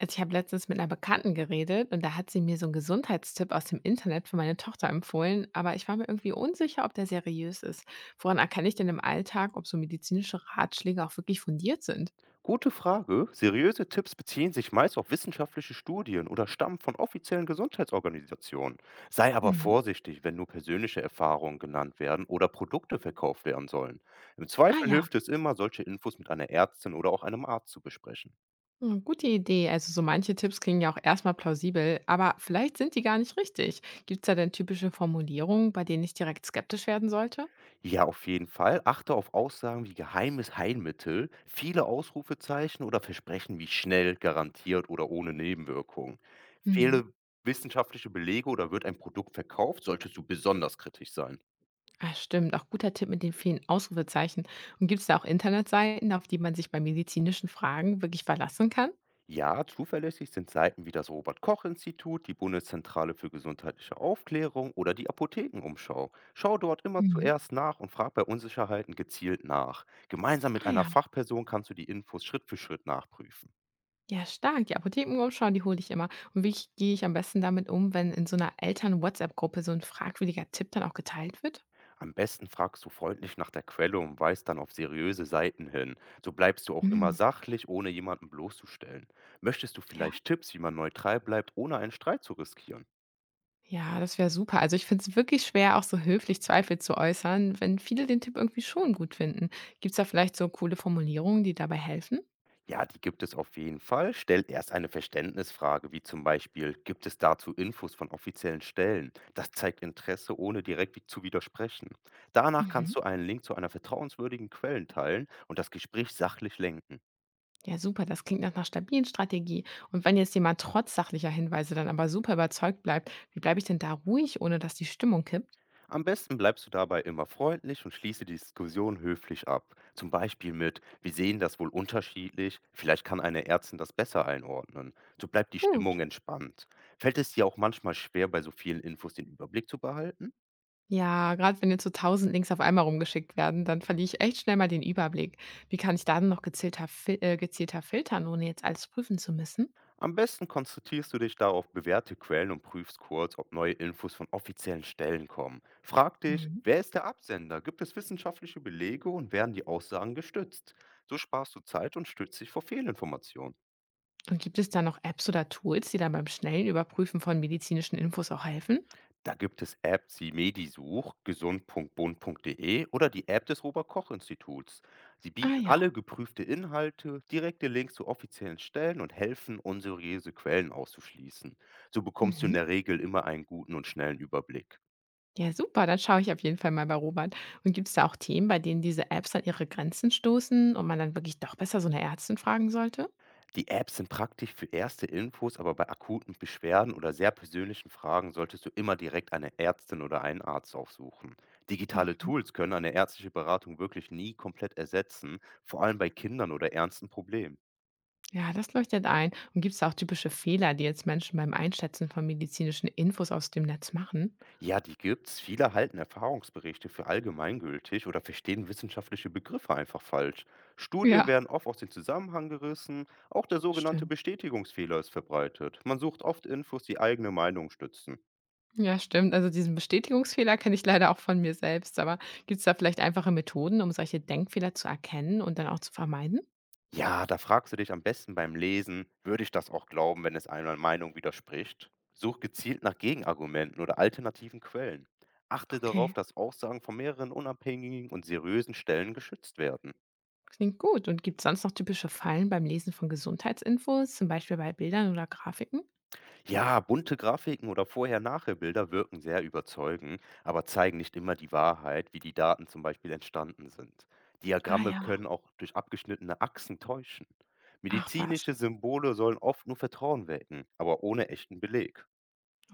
Also ich habe letztens mit einer Bekannten geredet und da hat sie mir so einen Gesundheitstipp aus dem Internet für meine Tochter empfohlen, aber ich war mir irgendwie unsicher, ob der seriös ist. Woran erkenne ich denn im Alltag, ob so medizinische Ratschläge auch wirklich fundiert sind? Gute Frage. Seriöse Tipps beziehen sich meist auf wissenschaftliche Studien oder stammen von offiziellen Gesundheitsorganisationen. Sei aber Hm. vorsichtig, wenn nur persönliche Erfahrungen genannt werden oder Produkte verkauft werden sollen. Im Ah Zweifel ja, hilft es immer, solche Infos mit einer Ärztin oder auch einem Arzt zu besprechen. hm, gute Idee. Also so manche Tipps klingen ja auch erstmal plausibel, aber vielleicht sind die gar nicht richtig. Gibt es da denn typische Formulierungen, bei denen ich direkt skeptisch werden sollte? Ja, auf jeden Fall. Achte auf Aussagen wie geheimes Heilmittel, viele Ausrufezeichen oder Versprechen wie schnell, garantiert oder ohne Nebenwirkungen. Hm. Fehle wissenschaftliche Belege oder wird ein Produkt verkauft, solltest du besonders kritisch sein. Ah, stimmt, auch guter Tipp mit den vielen Ausrufezeichen. Und gibt es da auch Internetseiten, auf die man sich bei medizinischen Fragen wirklich verlassen kann? Ja, zuverlässig sind Seiten wie das Robert-Koch-Institut, die Bundeszentrale für gesundheitliche Aufklärung oder die Apothekenumschau. Schau dort immer Mhm. zuerst nach und frag bei Unsicherheiten gezielt nach. Gemeinsam mit Ah einer ja, Fachperson kannst du die Infos Schritt für Schritt nachprüfen. ja, stark. Die Apothekenumschau, die hole ich immer. Und gehe ich am besten damit um, wenn in so einer Eltern-WhatsApp-Gruppe so ein fragwürdiger Tipp dann auch geteilt wird? Am besten fragst du freundlich nach der Quelle und weist dann auf seriöse Seiten hin. So bleibst du auch immer Mhm. sachlich, ohne jemanden bloßzustellen. Möchtest du Ja. vielleicht Tipps, wie man neutral bleibt, ohne einen Streit zu riskieren? Ja, das wäre super. Also ich finde es wirklich schwer, auch so höflich Zweifel zu äußern, wenn viele den Tipp irgendwie schon gut finden. Gibt es da vielleicht so coole Formulierungen, die dabei helfen? Ja, die gibt es auf jeden Fall. Stell erst eine Verständnisfrage, wie zum Beispiel, gibt es dazu Infos von offiziellen Stellen? Das zeigt Interesse, ohne direkt zu widersprechen. Danach Mhm. kannst du einen Link zu einer vertrauenswürdigen Quelle teilen und das Gespräch sachlich lenken. Ja, super, das klingt nach einer stabilen Strategie. Und wenn jetzt jemand trotz sachlicher Hinweise dann aber super überzeugt bleibt, wie bleibe ich denn da ruhig, ohne dass die Stimmung kippt? Am besten bleibst du dabei immer freundlich und schließe die Diskussion höflich ab. Zum Beispiel mit, wir sehen das wohl unterschiedlich, vielleicht kann eine Ärztin das besser einordnen. So bleibt die Gut. Stimmung entspannt. Fällt es dir auch manchmal schwer, bei so vielen Infos den Überblick zu behalten? Ja, gerade wenn jetzt so tausend Links auf einmal rumgeschickt werden, dann verliere ich echt schnell mal den Überblick. Wie kann ich da denn noch gezielter filtern, ohne jetzt alles prüfen zu müssen? Am besten konzentrierst du dich da auf bewährte Quellen und prüfst kurz, ob neue Infos von offiziellen Stellen kommen. Frag dich, Mhm. wer ist der Absender? Gibt es wissenschaftliche Belege und werden die Aussagen gestützt? So sparst du Zeit und stützt dich vor Fehlinformationen. Und gibt es da noch Apps oder Tools, die dann beim schnellen Überprüfen von medizinischen Infos auch helfen? Da gibt es Apps wie Medisuch, gesund.bund.de oder die App des Robert-Koch-Instituts. Sie Ah bieten ja. alle geprüfte Inhalte, direkte Links zu offiziellen Stellen und helfen, unseriöse Quellen auszuschließen. So bekommst du in Mhm. der Regel immer einen guten und schnellen Überblick. Ja, super, dann schaue ich auf jeden Fall mal bei Robert. Und gibt es da auch Themen, bei denen diese Apps an ihre Grenzen stoßen und man dann wirklich doch besser so eine Ärztin fragen sollte? Die Apps sind praktisch für erste Infos, aber bei akuten Beschwerden oder sehr persönlichen Fragen solltest du immer direkt eine Ärztin oder einen Arzt aufsuchen. Digitale Mhm. Tools können eine ärztliche Beratung wirklich nie komplett ersetzen, vor allem bei Kindern oder ernsten Problemen. Ja, das leuchtet ein. Und gibt es da auch typische Fehler, die jetzt Menschen beim Einschätzen von medizinischen Infos aus dem Netz machen? Ja, die gibt's. Viele halten Erfahrungsberichte für allgemeingültig oder verstehen wissenschaftliche Begriffe einfach falsch. Studien Ja. werden oft aus dem Zusammenhang gerissen, auch der sogenannte Stimmt. Bestätigungsfehler ist verbreitet. Man sucht oft Infos, die eigene Meinung stützen. Ja, stimmt. Also diesen Bestätigungsfehler kenne ich leider auch von mir selbst. Aber gibt es da vielleicht einfache Methoden, um solche Denkfehler zu erkennen und dann auch zu vermeiden? Ja, da fragst du dich am besten beim Lesen, würde ich das auch glauben, wenn es einer Meinung widerspricht? Such gezielt nach Gegenargumenten oder alternativen Quellen. Achte Okay. darauf, dass Aussagen von mehreren unabhängigen und seriösen Stellen geschützt werden. Klingt gut. Und gibt es sonst noch typische Fallen beim Lesen von Gesundheitsinfos, zum Beispiel bei Bildern oder Grafiken? Ja, bunte Grafiken oder Vorher-Nachher-Bilder wirken sehr überzeugend, aber zeigen nicht immer die Wahrheit, wie die Daten zum Beispiel entstanden sind. Ah Diagramme ja, können auch durch abgeschnittene Achsen täuschen. ach was. Medizinische Symbole sollen oft nur Vertrauen wecken, aber ohne echten Beleg.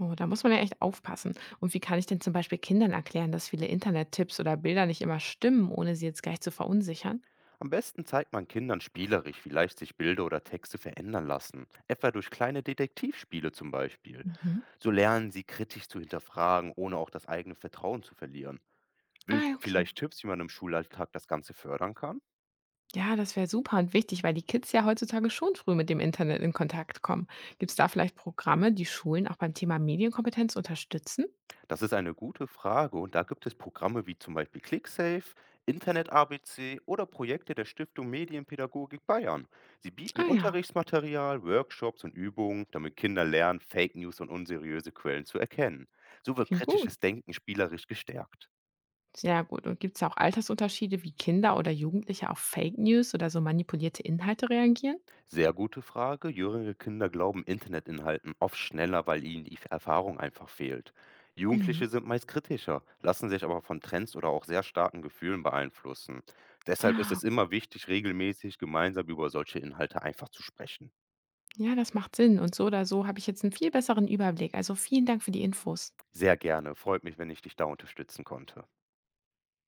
Oh, da muss man ja echt aufpassen. Und wie kann ich denn zum Beispiel Kindern erklären, dass viele Internettipps oder Bilder nicht immer stimmen, ohne sie jetzt gleich zu verunsichern? Am besten zeigt man Kindern spielerisch, wie leicht sich Bilder oder Texte verändern lassen, etwa durch kleine Detektivspiele zum Beispiel. Mhm. So lernen sie kritisch zu hinterfragen, ohne auch das eigene Vertrauen zu verlieren. Ah, Willst ja, du okay. vielleicht Tipps, wie man im Schulalltag das Ganze fördern kann? Ja, das wäre super und wichtig, weil die Kids ja heutzutage schon früh mit dem Internet in Kontakt kommen. Gibt es da vielleicht Programme, die Schulen auch beim Thema Medienkompetenz unterstützen? Das ist eine gute Frage und da gibt es Programme wie zum Beispiel ClickSafe, Internet ABC oder Projekte der Stiftung Medienpädagogik Bayern. Sie bieten Ah ja, Unterrichtsmaterial, Workshops und Übungen, damit Kinder lernen, Fake News und unseriöse Quellen zu erkennen. So wird klingt gut. kritisches Denken spielerisch gestärkt. Sehr gut. Und gibt es auch Altersunterschiede, wie Kinder oder Jugendliche auf Fake News oder so manipulierte Inhalte reagieren? Sehr gute Frage. Jüngere Kinder glauben Internetinhalten oft schneller, weil ihnen die Erfahrung einfach fehlt. Mhm. Jugendliche sind meist kritischer, lassen sich aber von Trends oder auch sehr starken Gefühlen beeinflussen. Deshalb ist Ah, es immer wichtig, regelmäßig gemeinsam über solche Inhalte einfach zu sprechen. ja, das macht Sinn. Und so oder so habe ich jetzt einen viel besseren Überblick. Also vielen Dank für die Infos. Sehr gerne. Freut mich, wenn ich dich da unterstützen konnte.